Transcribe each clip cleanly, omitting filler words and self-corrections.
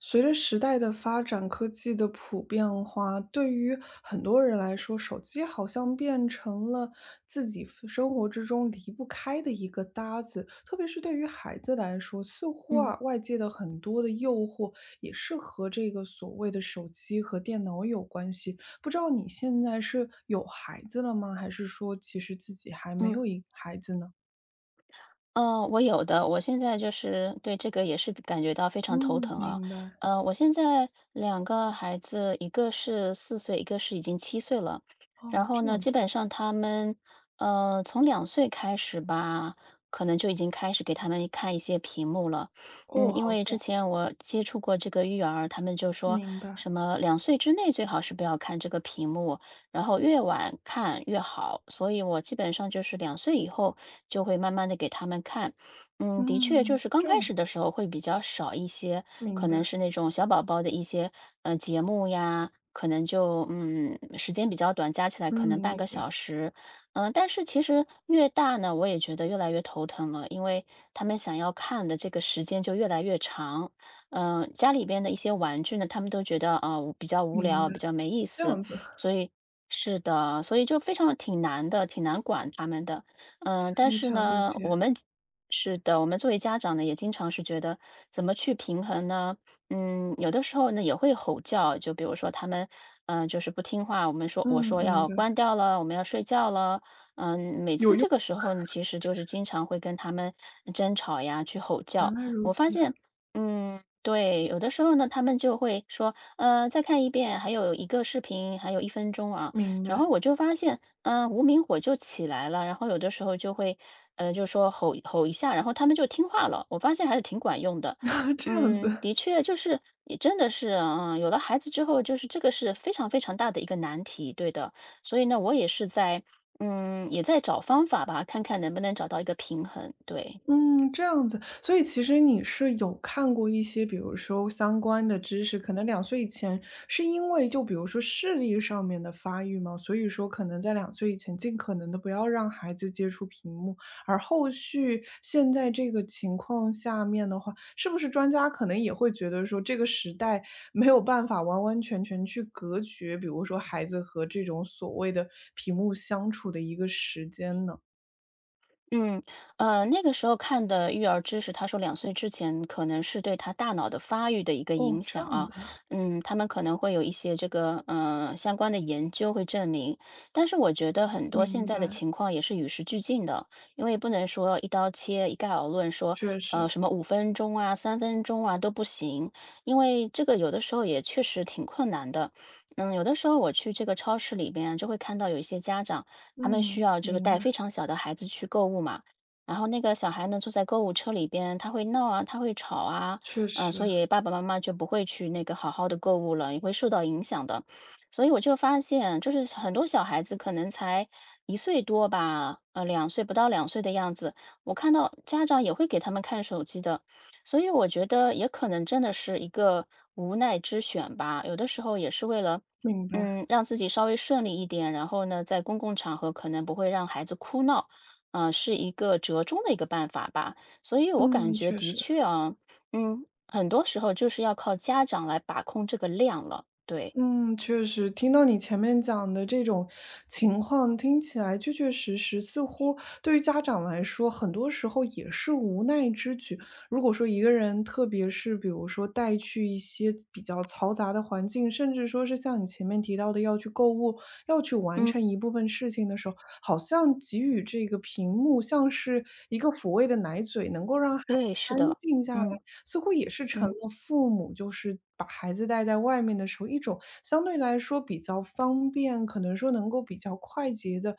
随着时代的发展，科技的普遍化，对于很多人来说，手机好像变成了自己 生活之中离不开的一个搭子。特别是对于孩子来说，似乎嗯啊，外界的很多的诱惑也是和这个所谓的手机和电脑有关系。不知道你现在是有孩子了吗？还是说其实自己还没嗯，有一孩子呢？我有的，我现在就是对这个也是感觉到非常头嗯，疼啊。明白。我现在两个孩子，一个是四岁，一个是已经7岁了。然哦，后这呢，样基子。本上他们，从2岁开始吧，可能就已经开始给他们看一些屏幕了。嗯，哦，因好为之早。前我接触过这个育儿，他们就说明白。什么2岁之内最好是不要看这个屏幕，然后越晚看越好，所以我基本上就是2岁以后就会慢慢的给他们看。嗯，的确，就嗯，是刚这开样。始的时候会比较少一些，明可白，能是那种小宝宝的一些节目呀，可能就时间比较短，加起来可能嗯，半理个解，小时。嗯，但是其实越大呢，我也觉得越来越头疼了，因为他们想要看的这个时间就越来越长。嗯，家里边的一些玩具呢，他们都觉得啊，比较无明聊，白，比较没意这思，样子，所以是的，所以就非常挺难的，挺难管他们的。嗯，但非是常理呢，我解，们是的，我们作为家长呢，也经常是觉得怎么去平衡呢？嗯，有的时候呢也会吼叫，就比如说他们，就是不听话，我们说我嗯，说明要白，关掉了，我们要睡觉了。嗯，每次有用，这个时候呢，其实就是经常会跟他们争吵呀，去吼原叫。来如我此，发现，嗯，对，有的时候呢，他们就会说，再看一遍，还有一个视频，还有1分钟啊。明然白，后我就发现，无名火就起来了，然后有的时候就会，就说吼吼一下，然后他们就听话了。我发现还是挺管用的。这样嗯，子。的确，就是你真的是，嗯，有了孩子之后，就是这个是非常非常大的一个难题，对的。所以呢，我也是在，嗯，也在找方法吧，看看能不能找到一个平衡，对。嗯，这样子，所以其实你是有看过一些，比如说相关的知识，可能两岁以前是因为就比如说视力上面的发育嘛，所以说可能在两岁以前尽可能的不要让孩子接触屏幕，而后续现在这个情况下面的话，是不是专家可能也会觉得说这个时代没有办法完完全全去隔绝，比如说孩子和这种所谓的屏幕相处的一个时间呢？嗯，那个时候看的育儿知识，他说两岁之前可能是对他大脑的发育的一个哦，影这响样啊，子啊，嗯，他们可能会有一些这个，相关的研究会证明，但是我觉得很多现明在的白。情况也是与时俱进的，因为不能说一刀切、一概而论说，确实，什么5分钟啊、3分钟啊都不行，因为这个有的时候也确实挺困难的。嗯，有的时候我去这个超市里边啊就会看到有一些家长，他们需嗯，要这个明带白，非常小的孩子去购物嘛。然后那个小孩呢，坐在购物车里边，他会闹啊，他会吵啊，确所实，以爸爸妈妈就不会去那个好好的购物了，也会受到影响的。所以我就发现，就是很多小孩子可能才1岁多吧，2岁不到2岁的样子，我看到家长也会给他们看手机的，所以我觉得也可能真的是一个无奈之选吧。有的时候也是为了明白，嗯，让自己稍微顺利一点，然后呢，在公共场合可能不会让孩子哭闹，啊、是一个折中的一个办法吧。所以我感嗯，觉确的实。确啊，嗯，很多时候就是要靠家长来把控这个量了。对，嗯，确实，听到你前面讲的这种情况，听起来确确实实，似乎对于家长来说，很多时候也是无奈之举。如果说一个人，特别是比如说带去一些比较嘈杂的环境，甚至说是像你前面提到的要去购物，要去完嗯，成一部分事情的时候，好像给予这个屏幕像是一个抚慰的奶嘴，能够让孩子对，是安的，静下来。嗯似乎也是成嗯了父母，就是把孩子带在外面的时候一种相对来说比较方便，可能说能够比较快捷的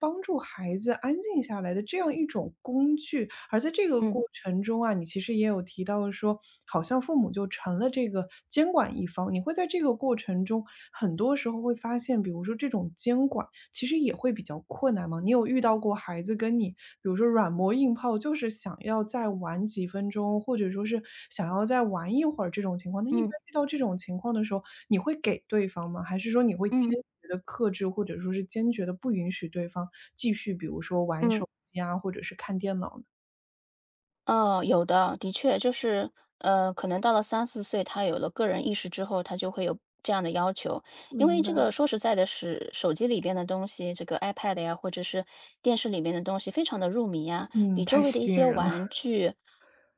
帮助孩子安静下来的这样一种工具。而在这个嗯过程中啊，你其实也有提到说，好像父母就成了这个监管一方，你会在这个过程中，很多时候会发现，比如说这种监管其实也会比较困难嘛。你有遇到过孩子跟你，比如说软磨硬泡，就是想要再玩几分钟，或者说是想要再玩一会儿这种情况，那一般嗯遇到这种情况的时候，你会给对方吗？还是说你会嗯嗯。坚决的克制，或者说是坚决的不允许对方继续，比如说玩嗯手机啊，或者是看电脑呢？哦，有的，的确就是，可能到了3、4岁，他有了个人意识之后，他就会有这样的要求。因为明这个白。说实在的是，手机里边的东西，这个 iPad 呀，或者是电视里面的东西非常的入迷呀，比嗯，周太围的一吸引些人了。玩 具，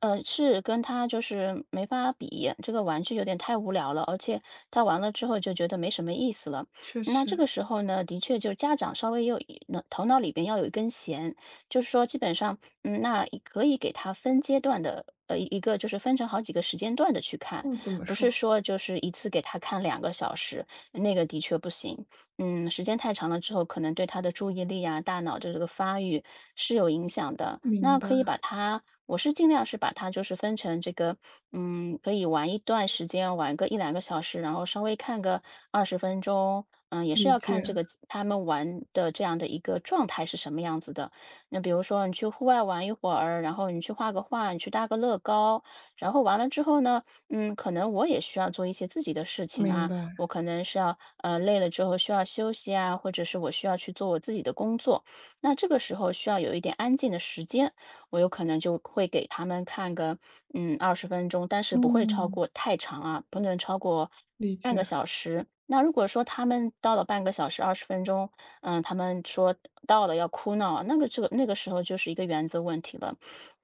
是跟他就是没法比，这个玩具有点太无聊了，而且他玩了之后就觉得没什么意思了。确那实，这个时候呢，的确就是家长稍微有一头脑里边要有一根弦，就是说基本上嗯，那也可以给他分阶段的，一个就是分成好几个时间段的去看，哦，怎么不是说？说就是一次给他看两个小时，那个的确不行。嗯，时间太长了之后，可能对他的注意力啊、大脑的这个发育是有影响的。那明白，可以把它，我是尽量是把它就是分成这个，嗯，可以玩一段时间，玩个1、2个小时，然后稍微看个二十分钟，嗯，也是理要看解，这个他们玩的这样的一个状态是什么样子的。那比如说你去户外玩一会儿，然后你去画个画，你去搭个乐高，然后完了之后呢，嗯，可能我也需要做一些自己的事情明啊，白，我可能是要累了之后需要休息啊，或者是我需要去做我自己的工作，那这个时候需要有一点安静的时间，我有可能就会给他们看个二十分钟，但是不会超嗯。过太长啊，不能超过理半个解，小时。那如果说他们到了半个小时、二十分钟，嗯，他们说到了要哭闹，那个这个那个时候就是一个原则问题了。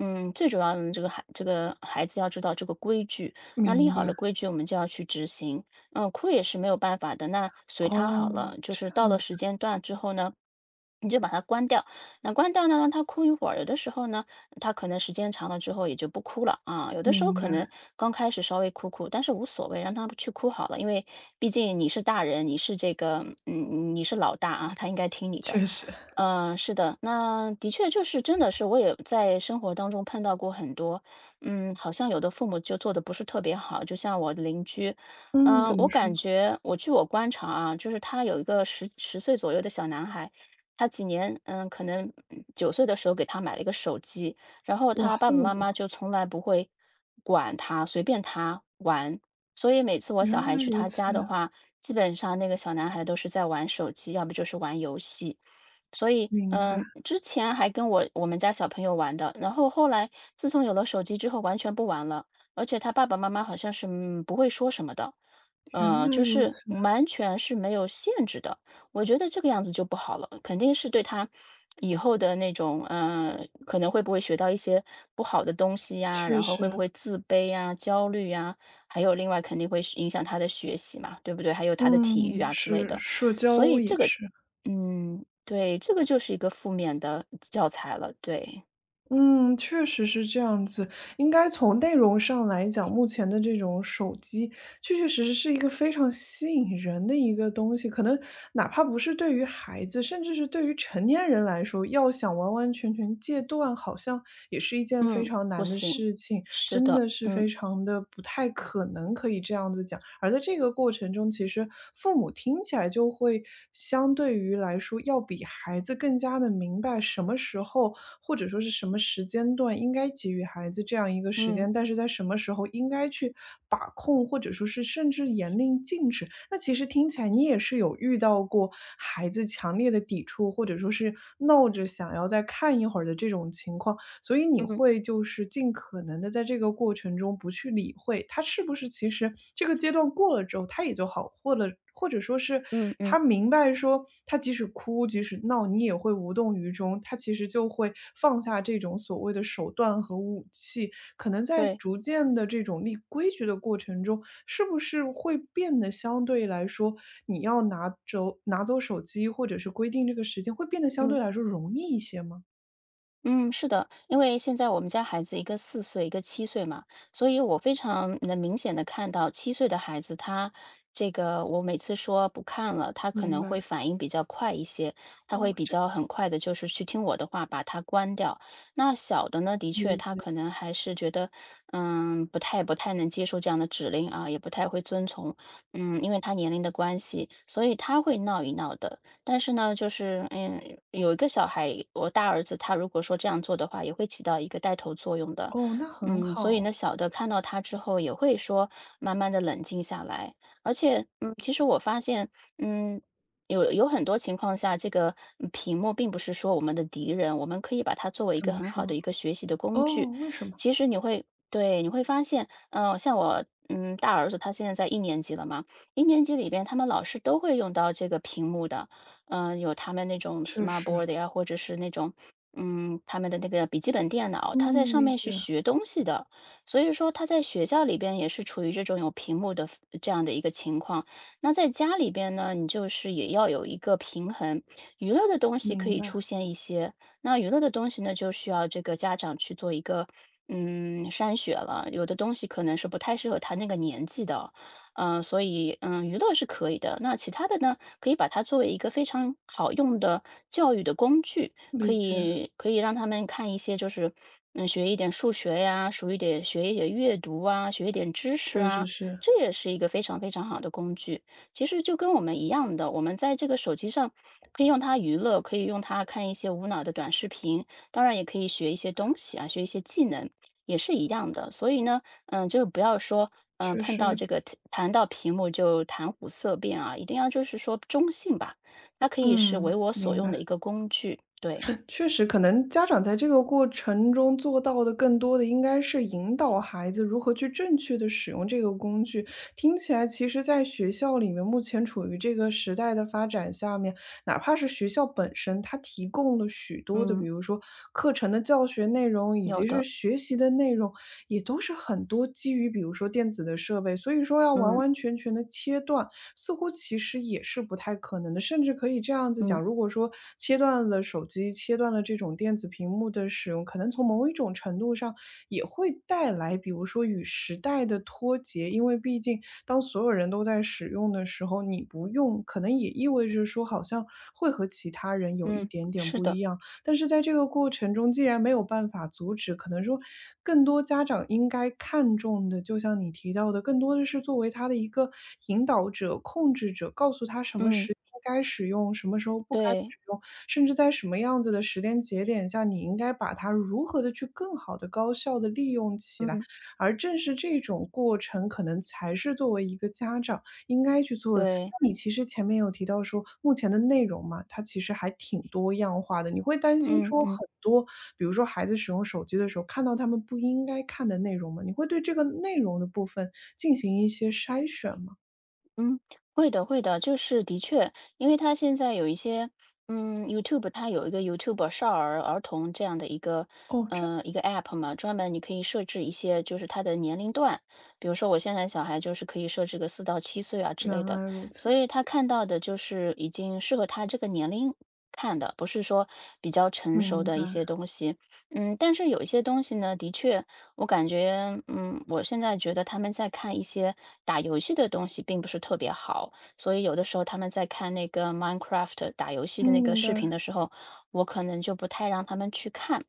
嗯，最主要的这个孩子要知道这个规矩，那立明好白。了规矩，我们就要去执行。嗯，哭也是没有办法的，那随他好哦，了。就这是到了样子，时间段之后呢，你就把它关掉，那关掉呢，让他哭一会儿。有的时候呢，他可能时间长了之后也就不哭了啊。有的时候明可白，能刚开始稍微哭哭，但是无所谓，让他去哭好了，因为毕竟你是大人，你是这个，嗯，你是老大啊，他应该听你的。确实。是的，那的确就是真的是，我也在生活当中碰到过很多，嗯，好像有的父母就做的不是特别好，就像我的邻居，嗯，怎我么说？感觉我据我观察啊，就是他有一个十十岁左右的小男孩。他几年，嗯，可能9岁的时候给他买了一个手机，然后他哇，爸这爸么妈早，妈就从来不会管他，随便他玩。所以每次我小原孩来去如他此，家的话，基本上那个小男孩都是在玩手机，要不就是玩游戏。所以，明白，嗯，之前还跟我们家小朋友玩的，然后后来自从有了手机之后完全不玩了，而且他爸爸妈妈好像是，嗯，不会说什么的，原来就如是此，完全是没有限制的。我觉得这个样子就不好了，肯定是对他以后的那种，可能会不会学到一些不好的东西呀，确然后会不实，会自卑呀、焦虑呀，还有另外肯定会是影响他的学习嘛，对不对？还有他的体育嗯，啊之类是的，社所以交这也个，是，嗯，对，这个就是一个负面的教材了，对，嗯，确实是这样子。应该从内容上来讲，目前的这种手机确确实实是一个非常吸引人的一个东西，可能哪怕不是对于孩子，甚至是对于成年人来说，要想完完全全戒断，好像也是一件非嗯，常不难的行，事情。是真的，的是非嗯常的不太可能可以这样子讲。而在这个过程中，其实父母听起来就会相对于来说，要比孩子更加的明白什么时候或者说是什么时间段应该给予孩子这样一个时嗯间，但是在什么时候应该去把控，或者说是甚至严令禁止。那其实听起来你也是有遇到过孩子强烈的抵触，或者说是闹着想要再看一会儿的这种情况。所以你嗯会就是尽可能的在这个过程中不去理会，他是不是其实这个阶段过了之后，他也就好，或者说是嗯嗯，他明白说，他即使哭，即使闹，你也会无动于衷，他其实就会放下这种所谓的手段和武器，可能在对，逐渐的这种立规矩的过程中，是不是会变得相对来说，你要拿走拿走手机，或者是规定这个时间，会变得相嗯。对来说容易一些吗？嗯，是的，因为现在我们家孩子一个四岁，一个7岁嘛，所以我非常能明显的看到7岁的孩子他这个，我每次说不看了，他可明能白。会反应比较快一些，他会哦，比这。较很快的，就是去听我的话，把它关掉。那小的呢，的确理他解，可能还是觉得，不太能接受这样的指令啊，也不太会遵从，因为他年龄的关系，所以他会闹一闹的。但是呢，就是有一个小孩，我大儿子他如果说这样做的话，也会起到一个带头作用的。哦，那很所以好。呢，小的看到他之后，也会说慢慢的冷静下来。而且，其实我发现，嗯，有很多情况下，这个屏幕并不是说我们的敌人，我们可以把它作为一怎个么很好的说？一个学习的工哦，具。为什么？其实对，你会发现，像我。大儿子他现在在一年级了嘛，一年级里边，他们老师都会用到这个屏幕的，有他们那种 确实，smartboard 呀，或者是那种，他们的那个笔记本电脑，他在嗯，上理面是解，学东西的。所以说他在学校里边也是处于这种有屏幕的这样的一个情况。那在家里边呢，你就是也要有一个平衡，娱乐的东西可明以白，出现一些，那娱乐的东西呢，就需要这个家长去做一个，筛选了。有的东西可能是不太适合他那个年纪的，所以，娱乐是可以的。那其他的呢，可以把它作为一个非常好用的教育的工具，可理解，以让他们看一些就是，学一点数学呀，属一点学一点阅读啊，学一点知识确实啊，是，这也是一个非常非常好的工具。其实就跟我们一样的，我们在这个手机上可以用它娱乐，可以用它看一些无脑的短视频，当然也可以学一些东西啊，学一些技能，也是一样的。所以呢，就是不要说，确碰到实，这个谈到屏幕就谈虎色变啊，一定要就是说中性吧，它可以是为嗯，我所明用白。的一个工具。对，确实，可能家长在这个过程中做到的更多的应该是引导孩子如何去正确的使用这个工具。听起来，其实，在学校里面，目前处于这个时代的发展下面，哪怕是学校本身，它提供了许多的，嗯，比如说课程的教学内容，以有及是的，学习的内容，也都是很多基于比如说电子的设备，所以说要完嗯完全全的切断。似乎其实也是不太可能的。甚至可以这样子讲，嗯如果说切断了手机，切断了这种电子屏幕的使用，可能从某一种程度上也会带来，比如说与时代的脱节。因为毕竟当所有人都在使用的时候，你不用，可能也意味着说好像会和其他人有一嗯，点点是不的，一样。但是在这个过程中，既然没有办法阻止，可能说更多家长应该看重的，就像你提到的，更多的是作为他的一个引导者、控制者，告诉他什么嗯，时该使用，什么时候不该对，使用，甚至在什么样子的时间节点下，你应该把它如何的去更好的、高效的利用起来。嗯而正是这种过程，可能才是作为一个家长。应该去做的。对，那你其实前面有提到说，目前的内容嘛，它其实还挺多样化的。你会担心嗯说嗯。很多，比如说孩子使用手机的时候，看到他们不应该看的内容吗？你会对这个内容的部分进行一些筛选吗？嗯，会的，会的，就是的确，因为他现在有一些，YouTube 它有一个 YouTube 少儿儿童这样的一个，哦，这一个 app 嘛，专门你可以设置一些就是他的年龄段，比如说我现在小孩就是可以设置个4到7岁啊之类原的，来如所此，以他看到的就是已经适合他这个年龄看的，不是说比较成熟明的白，一些东西，但是有一些东西呢，的确。我感觉，我现在觉得他们在看一些打游戏的东西并不是特别好，所以有的时候他们在看那个 Minecraft 打游戏的嗯，那个明白，视频的时候，我可能就不太让他们去看。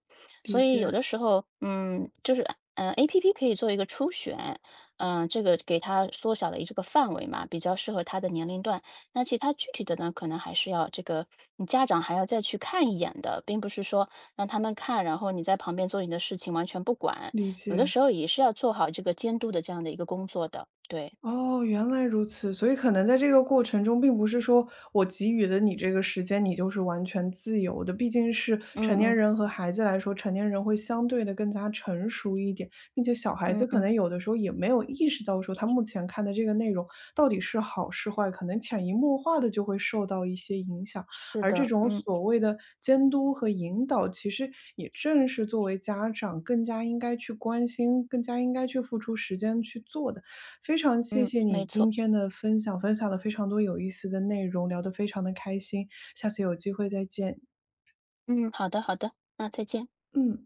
所理以解，有的时候，就是，app 可以做一个初选，这个给他缩小了这个范围嘛，比较适合他的年龄段。那其他具体的呢，可能还是要这个你家长还要再去看一眼的，并不是说让他们看，然后你在旁边做你的事情完全不管。理有的解。时候也是要做好这个监督的这样的一个工作的，对，哦，原来如此。所以可能在这个过程中，并不是说我给予了你这个时间，你就是完全自由的。毕竟是嗯成年嗯人和孩子来说，成年人会相对的更加成熟一点，并且小孩嗯子可嗯，能有的时候也没有意识到说他目前看的这个内容到底是好是坏，可能潜移默化的就会受到一些影响。是而这的，种嗯所谓的监督和引导，其实也正是作为家长更加应该去关心、更加应该去付出时间去做的。非常谢嗯，谢你没今错，天的分享，分享了非常多有意思的内容，聊得非常的开心，下次有机会再见。嗯，好的好的，那再见。嗯。